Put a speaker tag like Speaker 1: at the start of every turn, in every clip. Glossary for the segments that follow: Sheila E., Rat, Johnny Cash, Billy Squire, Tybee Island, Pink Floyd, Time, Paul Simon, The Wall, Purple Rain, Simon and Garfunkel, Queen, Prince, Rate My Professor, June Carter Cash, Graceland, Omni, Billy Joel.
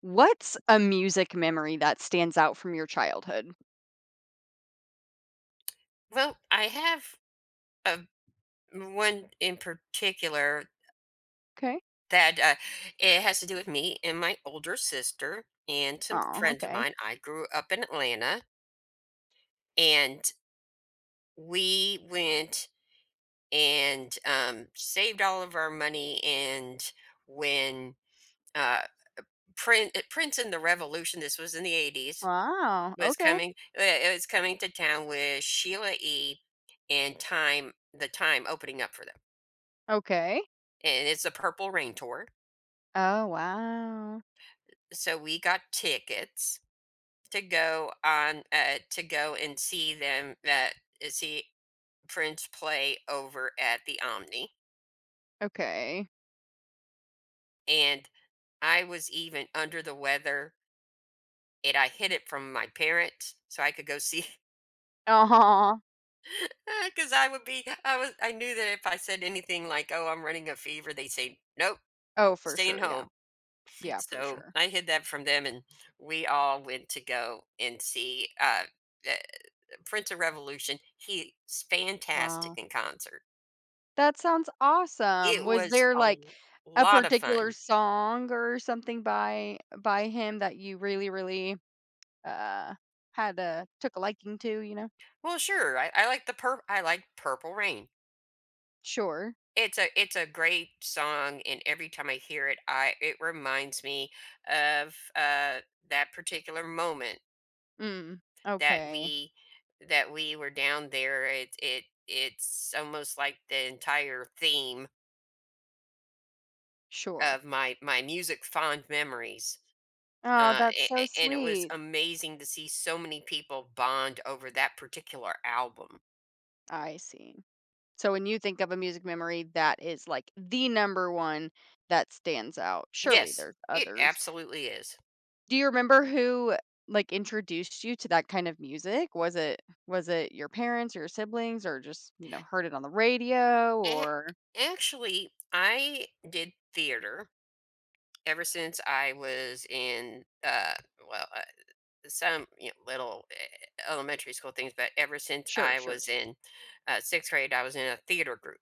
Speaker 1: What's a music memory that stands out from your childhood?
Speaker 2: Well, I have a one in particular
Speaker 1: Okay.
Speaker 2: that it has to do with me and my older sister and some
Speaker 1: Oh,
Speaker 2: friends of
Speaker 1: okay.
Speaker 2: mine. I grew up in Atlanta, and we went and saved all of our money. And when uh, Prince and the Revolution, this was in the 80s,
Speaker 1: Wow.
Speaker 2: was
Speaker 1: Okay.
Speaker 2: coming, it was coming to town with Sheila E. and the Time opening up for them,
Speaker 1: Okay.
Speaker 2: and it's the Purple Rain tour,
Speaker 1: Oh, wow.
Speaker 2: so we got tickets to go and see them see Prince play over at the Omni.
Speaker 1: Okay.
Speaker 2: And I was even under the weather, and I hid it from my parents so I could go see.
Speaker 1: Uh-huh.
Speaker 2: Because I would be, I was, I knew that if I said anything like, "Oh, I'm running a fever," they say, "Nope,
Speaker 1: Oh, for
Speaker 2: staying
Speaker 1: sure. Yeah.
Speaker 2: home."
Speaker 1: Yeah, for
Speaker 2: So
Speaker 1: sure.
Speaker 2: I hid that from them, and we all went to go and see. Prince of Revolution. He's fantastic
Speaker 1: Wow.
Speaker 2: in concert.
Speaker 1: That sounds awesome.
Speaker 2: It
Speaker 1: Was
Speaker 2: was
Speaker 1: there
Speaker 2: a
Speaker 1: like
Speaker 2: l-
Speaker 1: a
Speaker 2: lot of
Speaker 1: particular
Speaker 2: fun.
Speaker 1: song or something by him that you really, really uh had a took a liking to, you know?
Speaker 2: Well, sure. I like I like Purple Rain.
Speaker 1: Sure.
Speaker 2: It's a great song, and every time I hear it, I it reminds me of that particular moment
Speaker 1: Mm.
Speaker 2: that
Speaker 1: Okay.
Speaker 2: we that we were down there. It's almost like the entire theme
Speaker 1: Sure.
Speaker 2: of my music fond memories.
Speaker 1: Oh,
Speaker 2: Uh,
Speaker 1: that's
Speaker 2: a-
Speaker 1: so
Speaker 2: a- and it was
Speaker 1: sweet.
Speaker 2: amazing to see so many people bond over that particular album.
Speaker 1: I see. So when you think of a music memory that is like the number one that stands out, surely
Speaker 2: Yes,
Speaker 1: there's
Speaker 2: it
Speaker 1: others.
Speaker 2: absolutely is.
Speaker 1: Do you remember who like introduced you to that kind of music? Was it your parents or your siblings or just, you know, heard it on the radio
Speaker 2: A-
Speaker 1: or
Speaker 2: Actually, I did theater ever since I was in well, some little elementary school things, but ever since
Speaker 1: sure,
Speaker 2: I
Speaker 1: sure,
Speaker 2: was
Speaker 1: sure.
Speaker 2: in sixth grade, I was in a theater group,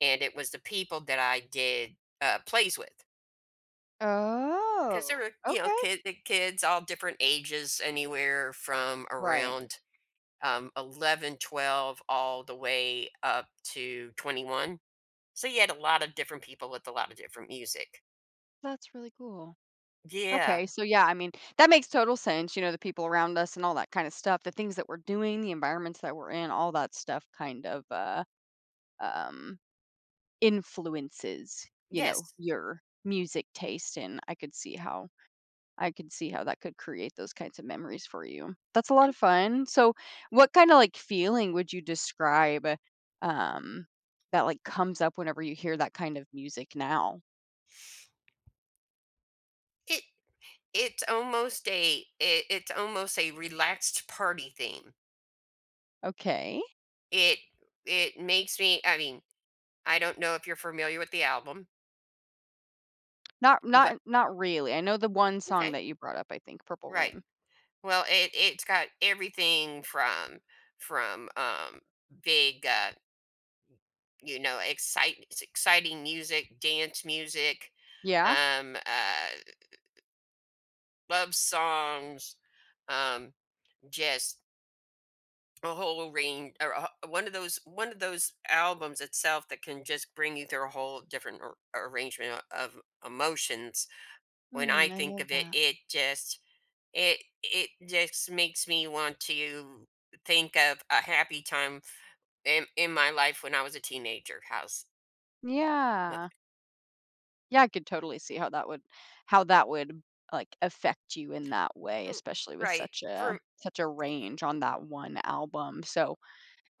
Speaker 2: and it was the people that I did plays with, because there
Speaker 1: Oh,
Speaker 2: were you know
Speaker 1: okay.
Speaker 2: kid the kids all different ages, anywhere from
Speaker 1: Right.
Speaker 2: around 11 12 all the way up to 21, so you had a lot of different people with a lot of different music.
Speaker 1: That's really cool.
Speaker 2: Yeah.
Speaker 1: Okay, so yeah, I mean, that makes total sense, you know, the people around us and all that kind of stuff, the things that we're doing, the environments that we're in, all that stuff kind of um, influences, you know,
Speaker 2: Yes.
Speaker 1: your music taste, and I could see how I could see how that could create those kinds of memories for you. That's a lot of fun. So, what kind of like feeling would you describe um that like comes up whenever you hear that kind of music now?
Speaker 2: It it's almost a it, it's almost a relaxed party theme.
Speaker 1: Okay.
Speaker 2: It it makes me, I mean, I don't know if you're familiar with the album,
Speaker 1: Not
Speaker 2: but
Speaker 1: not not really. I know the one song
Speaker 2: okay,
Speaker 1: that you brought up, I think, Purple
Speaker 2: right.
Speaker 1: Rain.
Speaker 2: Well, it's got everything from from, big, excite it's exciting music, dance music,
Speaker 1: Yeah?
Speaker 2: um, uh, love songs, um, just a whole range, or a h one of those albums itself that can just bring you through a whole different ar arrangement of emotions. When I
Speaker 1: Hmm. I
Speaker 2: think
Speaker 1: love
Speaker 2: of it,
Speaker 1: that.
Speaker 2: it just makes me want to think of a happy time in my life when I was a teenager but-
Speaker 1: Yeah. Yeah, I could totally see how that would how that would, like, affect you in that way,
Speaker 2: r-
Speaker 1: especially with
Speaker 2: right
Speaker 1: such a
Speaker 2: for
Speaker 1: such a range on that one album. So,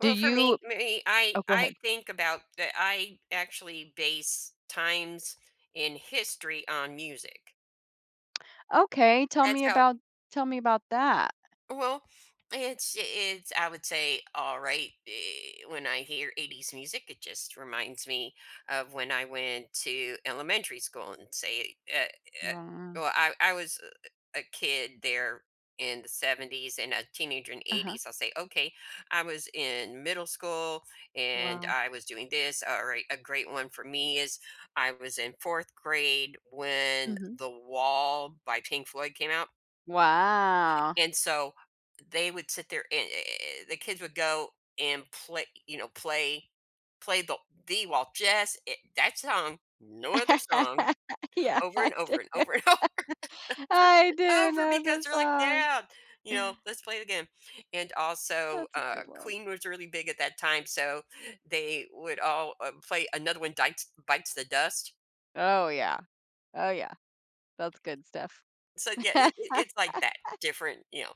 Speaker 1: do
Speaker 2: for
Speaker 1: you—
Speaker 2: me, I
Speaker 1: oh, go
Speaker 2: I
Speaker 1: ahead.
Speaker 2: think about that. I actually base times in history on music.
Speaker 1: Okay,
Speaker 2: That's how.
Speaker 1: tell me about that.
Speaker 2: Well, it's I would say, all right. When I hear 80s music, it just reminds me of when I went to elementary school, and say, uh,
Speaker 1: Wow.
Speaker 2: well, I was a kid there in the 70s and a teenager in the
Speaker 1: Uh-huh.
Speaker 2: 80s. I'll say, "Okay, I was in middle school and
Speaker 1: Wow.
Speaker 2: I was doing this." All right, a great one for me is, I was in 4th grade when
Speaker 1: Mhm.
Speaker 2: The Wall by Pink Floyd came out,
Speaker 1: Wow.
Speaker 2: and so they would sit there and the kids would go and play, play the Walt Jess, that song, no other song,
Speaker 1: Yeah,
Speaker 2: over
Speaker 1: I
Speaker 2: and over
Speaker 1: did.
Speaker 2: and over and over
Speaker 1: I
Speaker 2: and
Speaker 1: do
Speaker 2: over,
Speaker 1: know
Speaker 2: because
Speaker 1: the
Speaker 2: they're like,
Speaker 1: song.
Speaker 2: yeah, you know, let's play it again. And also,
Speaker 1: That's a good one.
Speaker 2: Queen was really big at that time, so they would all play another one, Bites the Dust.
Speaker 1: Oh, yeah. Oh, yeah. That's good stuff.
Speaker 2: So yeah, it's like that different,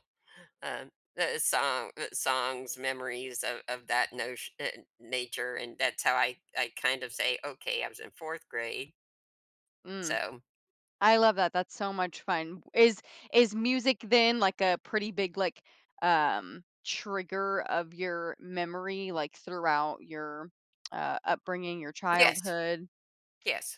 Speaker 2: Um, the songs, memories of that notion nature, and that's how I kind of say, "Okay, I was in 4th grade."
Speaker 1: Mm.
Speaker 2: So,
Speaker 1: I love that, that's so much fun. Is music then, like, a pretty big, like, trigger of your memory, like, throughout your, upbringing, your
Speaker 2: yes,
Speaker 1: childhood?
Speaker 2: yes.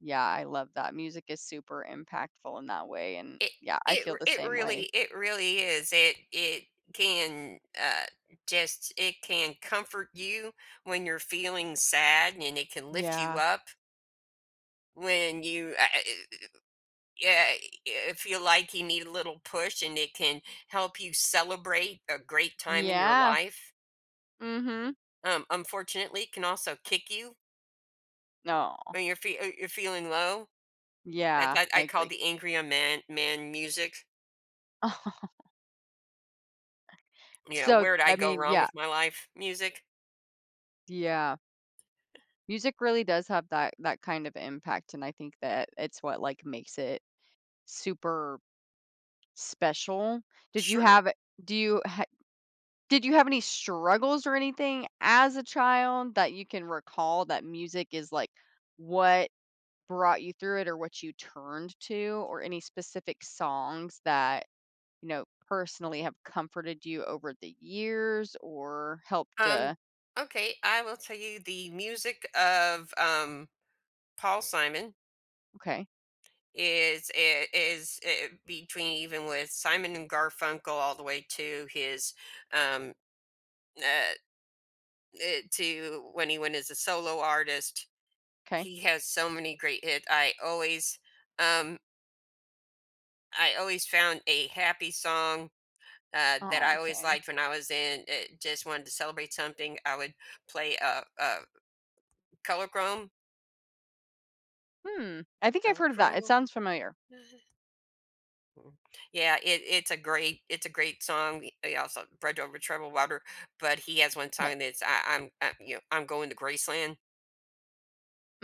Speaker 1: Yeah, I love that. Music is super impactful in that way, and,
Speaker 2: It
Speaker 1: yeah, I
Speaker 2: it
Speaker 1: feel
Speaker 2: r
Speaker 1: the
Speaker 2: it
Speaker 1: same
Speaker 2: really
Speaker 1: way.
Speaker 2: it really is. Can, uh, it can comfort you when you're feeling sad, and it can lift you
Speaker 1: Yeah.
Speaker 2: up when you, yeah, feel like you need a little push, and it can help you celebrate a great time in your
Speaker 1: Yeah.
Speaker 2: life.
Speaker 1: Mhm.
Speaker 2: Unfortunately, can also kick you
Speaker 1: No.
Speaker 2: when you're you're feeling low. That's
Speaker 1: Yeah,
Speaker 2: I,
Speaker 1: I
Speaker 2: I call
Speaker 1: agree.
Speaker 2: the angry a man music. You know,
Speaker 1: So,
Speaker 2: where did I
Speaker 1: I
Speaker 2: go
Speaker 1: mean,
Speaker 2: wrong
Speaker 1: yeah,
Speaker 2: with my life? Music.
Speaker 1: yeah. Music really does have that kind of impact, and I think that it's what, like, makes it super special. Did you
Speaker 2: Sure.
Speaker 1: have do you ha- did you have any struggles or anything as a child that you can recall that music is like what brought you through it or what you turned to or any specific songs that, you know, personally have comforted you over the years or helped
Speaker 2: Um, okay, I will tell you, the music of Paul Simon,
Speaker 1: okay.
Speaker 2: is, between, even with Simon and Garfunkel, all the way um uh, to when he went as a solo artist.
Speaker 1: Okay.
Speaker 2: He has so many great hits. Um I always found a happy song, that
Speaker 1: Oh,
Speaker 2: I always
Speaker 1: okay.
Speaker 2: liked. When I was in just wanted to celebrate something, I would play, Colorchrome.
Speaker 1: Hmm. I think I've heard of that. It
Speaker 2: Colorchrome?
Speaker 1: sounds familiar.
Speaker 2: Yeah, it it's a great song. He also, Bridge Over Troubled Water, but he has one
Speaker 1: Okay.
Speaker 2: song that's I I'm I, you know, I'm going to Graceland.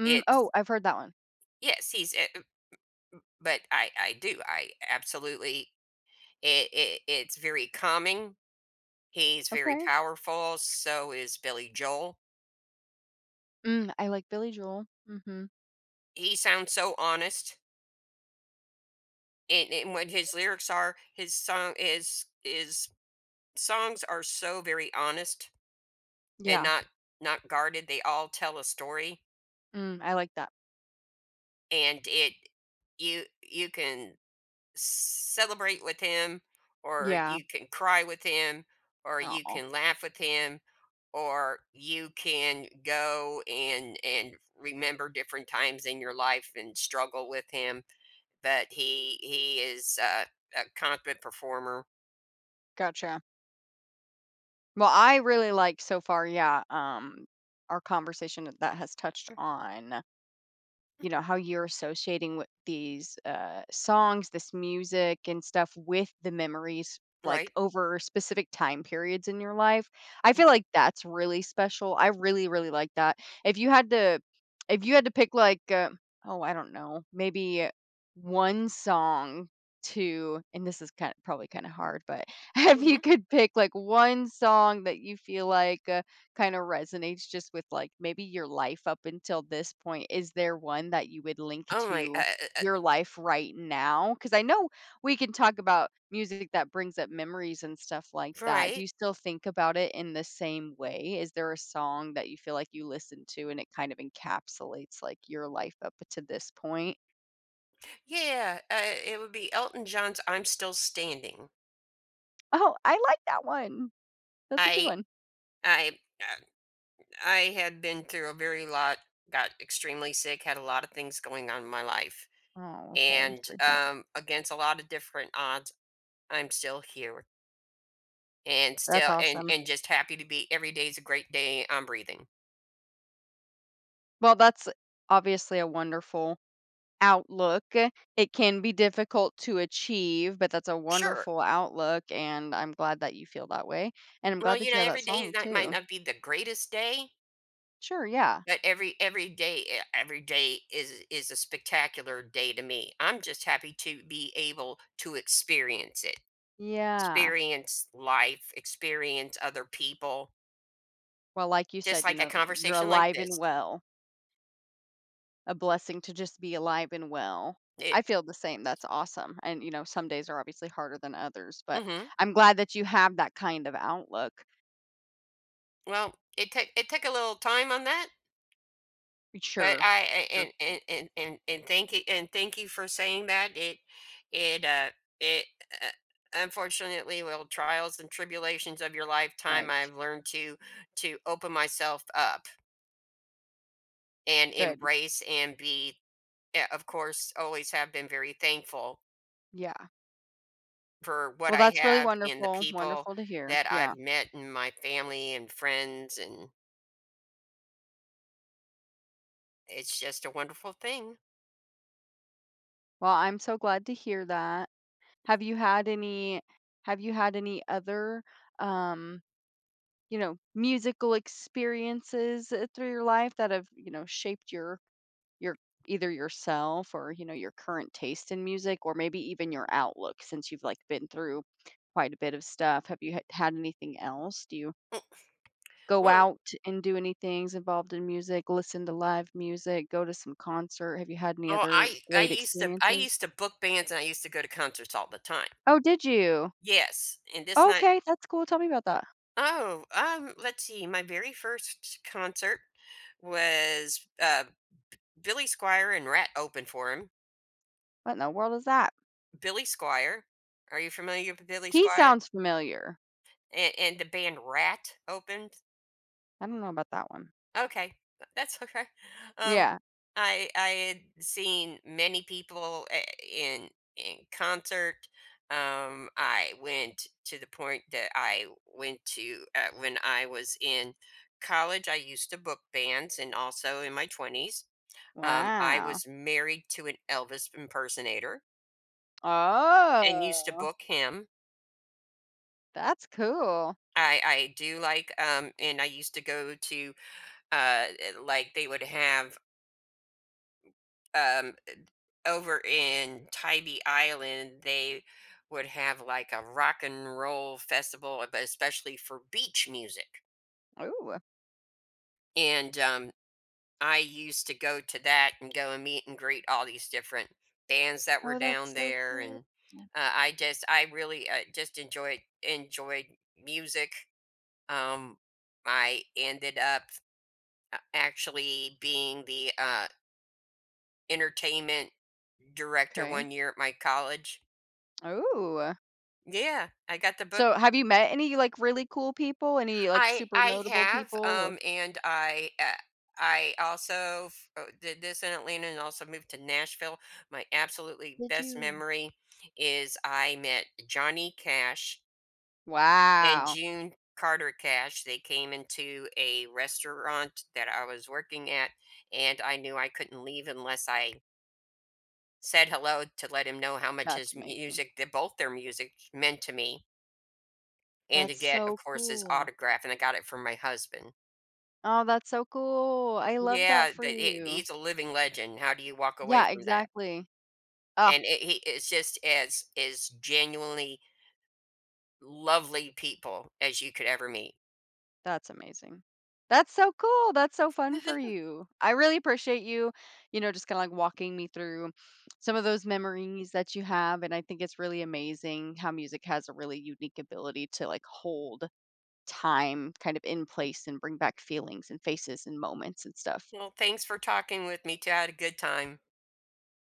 Speaker 1: Mm, oh,
Speaker 2: It's
Speaker 1: I've heard that one.
Speaker 2: Yes, he's but I do. I absolutely it, it it's very calming. He's very
Speaker 1: Okay.
Speaker 2: powerful, so is Billy Joel.
Speaker 1: Mm, I like Billy Joel. Mhm.
Speaker 2: He sounds so honest in what his lyrics are. His songs are so very honest and
Speaker 1: Yeah.
Speaker 2: not guarded. They all tell a story,
Speaker 1: Mm, I like that.
Speaker 2: and it you you can celebrate with him, or
Speaker 1: Yeah.
Speaker 2: you can cry with him, or you
Speaker 1: Oh,
Speaker 2: can laugh with him, or you can go and remember different times in your life and struggle with him, but he is a competent performer,
Speaker 1: gotcha. Well, I really like so far, yeah, our conversation that has touched on, you know, how you're associating with these songs, this music and stuff with the memories like
Speaker 2: right?
Speaker 1: over specific time periods in your life. I feel
Speaker 2: Mhm,
Speaker 1: like that's really special. I really, really like that. If you had to, if you had to pick like, oh, I don't know, maybe one song to, and this is kind of probably kind of hard, but if you
Speaker 2: mhm.
Speaker 1: could pick like one song that you feel like kinda resonates just with, like, maybe your life up until this point. Is there one that you would link
Speaker 2: Oh my.
Speaker 1: to
Speaker 2: Uh,
Speaker 1: your life right now? Because I know we can talk about music that brings up memories and stuff like that. Do
Speaker 2: right?
Speaker 1: you still think about it in the same way? Is there a song that you feel like you listen to and it kind of encapsulates, like, your life up to this point?
Speaker 2: Yeah, it would be Elton John's "I'm Still Standing."
Speaker 1: Oh, I like that one. That's a good
Speaker 2: I
Speaker 1: one.
Speaker 2: I uh, I had been through a very lot, got extremely sick, had a lot of things going on in my life,
Speaker 1: Oh, okay. I'm
Speaker 2: and
Speaker 1: sorry for that.
Speaker 2: against a lot of different odds, I'm still here, and
Speaker 1: That's
Speaker 2: still, and
Speaker 1: awesome.
Speaker 2: and just happy to be. Every day is a great day. I'm breathing.
Speaker 1: Well, that's obviously a wonderful outlook. It can be difficult to achieve, but that's a
Speaker 2: Sure.
Speaker 1: wonderful outlook, and I'm glad that you feel that way, and I'm
Speaker 2: Well,
Speaker 1: glad
Speaker 2: you
Speaker 1: that
Speaker 2: know,
Speaker 1: you have that
Speaker 2: every day
Speaker 1: song
Speaker 2: is not, might
Speaker 1: too.
Speaker 2: not be the greatest day,
Speaker 1: Sure, yeah.
Speaker 2: but every day is a spectacular day to me. I'm just happy to be able to experience it,
Speaker 1: Yeah.
Speaker 2: experience life, experience other people,
Speaker 1: Well, like you
Speaker 2: just
Speaker 1: said, you
Speaker 2: like a
Speaker 1: know, you're
Speaker 2: conversation like
Speaker 1: alive and
Speaker 2: this.
Speaker 1: well, a blessing to just be alive and well. I
Speaker 2: It.
Speaker 1: feel the same, that's awesome, and, you know, some days are obviously harder than others, but
Speaker 2: Mhm.
Speaker 1: I'm glad that you have that kind of outlook.
Speaker 2: Well, it took a little time on that, but
Speaker 1: Sure.
Speaker 2: I
Speaker 1: Sure,
Speaker 2: and thank you for saying that. It it uh, unfortunately well, trials and tribulations of your lifetime.
Speaker 1: right.
Speaker 2: I've learned to open myself up and
Speaker 1: Good,
Speaker 2: embrace and be, of course, always have been very thankful
Speaker 1: yeah.
Speaker 2: for what
Speaker 1: Well,
Speaker 2: I
Speaker 1: that's really
Speaker 2: have, and the
Speaker 1: wonderful,
Speaker 2: people
Speaker 1: wonderful to hear,
Speaker 2: that I've
Speaker 1: yeah.
Speaker 2: met, and my family and friends, and it's just a wonderful thing.
Speaker 1: Well, I'm so glad to hear that. Have you had any have you had any other um, you know, musical experiences through your life that have, you know, shaped your your either yourself or, you know, your current taste in music or maybe even your outlook since you've like been through quite a bit of stuff? Have you had anything else? Do you
Speaker 2: Mm,
Speaker 1: go
Speaker 2: well,
Speaker 1: out and do any things involved in music, listen to live music, go to some concert? Have you had any
Speaker 2: oh,
Speaker 1: other
Speaker 2: I I
Speaker 1: great
Speaker 2: used to I
Speaker 1: experiences?
Speaker 2: used to book bands, and I used to go to concerts all the time.
Speaker 1: Oh, did you?
Speaker 2: Yes. And this night
Speaker 1: Okay, that's cool, tell me about that.
Speaker 2: oh, let's see, my very first concert was Billy Squire, and Rat opened for him.
Speaker 1: What in the world is that?
Speaker 2: Billy Squire, are you familiar with Billy
Speaker 1: He
Speaker 2: Squire?
Speaker 1: sounds familiar.
Speaker 2: And the band Rat opened.
Speaker 1: I don't know about that one.
Speaker 2: Okay, that's okay. Um,
Speaker 1: Yeah.
Speaker 2: I had seen many people in in concert. I went to the point that I went to when I was in college. I used to book bands, and also in my twenties, I
Speaker 1: Wow.
Speaker 2: was married to an Elvis impersonator and used to
Speaker 1: Oh,
Speaker 2: book him.
Speaker 1: that's cool.
Speaker 2: I do like and I used to go to like they would have um over in Tybee Island, they would have like a rock and roll festival, but especially for beach music.
Speaker 1: Ooh.
Speaker 2: And I used to go to that and go and meet and greet all these different bands that were
Speaker 1: Oh, that's
Speaker 2: down
Speaker 1: so
Speaker 2: there.
Speaker 1: cool.
Speaker 2: And I just, I really just enjoyed music. Um, I ended up actually being the entertainment director
Speaker 1: Okay.
Speaker 2: one year at my college.
Speaker 1: Ooh.
Speaker 2: Yeah, I got the book.
Speaker 1: So, have you met any, like, really cool people? Any, like,
Speaker 2: I
Speaker 1: super
Speaker 2: I
Speaker 1: notable
Speaker 2: have,
Speaker 1: people or—
Speaker 2: and I also did this in Atlanta, and also moved to Nashville. My absolutely
Speaker 1: did
Speaker 2: best
Speaker 1: you?
Speaker 2: memory is, I met Johnny Cash and
Speaker 1: Wow,
Speaker 2: June Carter Cash. They came into a restaurant that I was working at, and I knew I couldn't leave unless I said hello, to let him know how much
Speaker 1: that's
Speaker 2: his
Speaker 1: amazing.
Speaker 2: music, that both their music, meant to me, and to
Speaker 1: That's
Speaker 2: get, of
Speaker 1: so
Speaker 2: course, his
Speaker 1: cool.
Speaker 2: autograph. And I got it from my husband.
Speaker 1: Oh, that's so cool. I love that
Speaker 2: Yeah,
Speaker 1: for
Speaker 2: that he
Speaker 1: you.
Speaker 2: he's a living legend. How do you walk away
Speaker 1: Yeah,
Speaker 2: from that?
Speaker 1: exactly. Ah.
Speaker 2: And he is just as genuinely lovely people as you could ever meet.
Speaker 1: That's amazing. That's so cool. That's so fun for you. I really appreciate you, you know, just kind of like walking me through some of those memories that you have. And I think it's really amazing how music has a really unique ability to like hold time kind of in place and bring back feelings and faces and moments and stuff.
Speaker 2: Well, thanks for talking with me, too. I had a good time.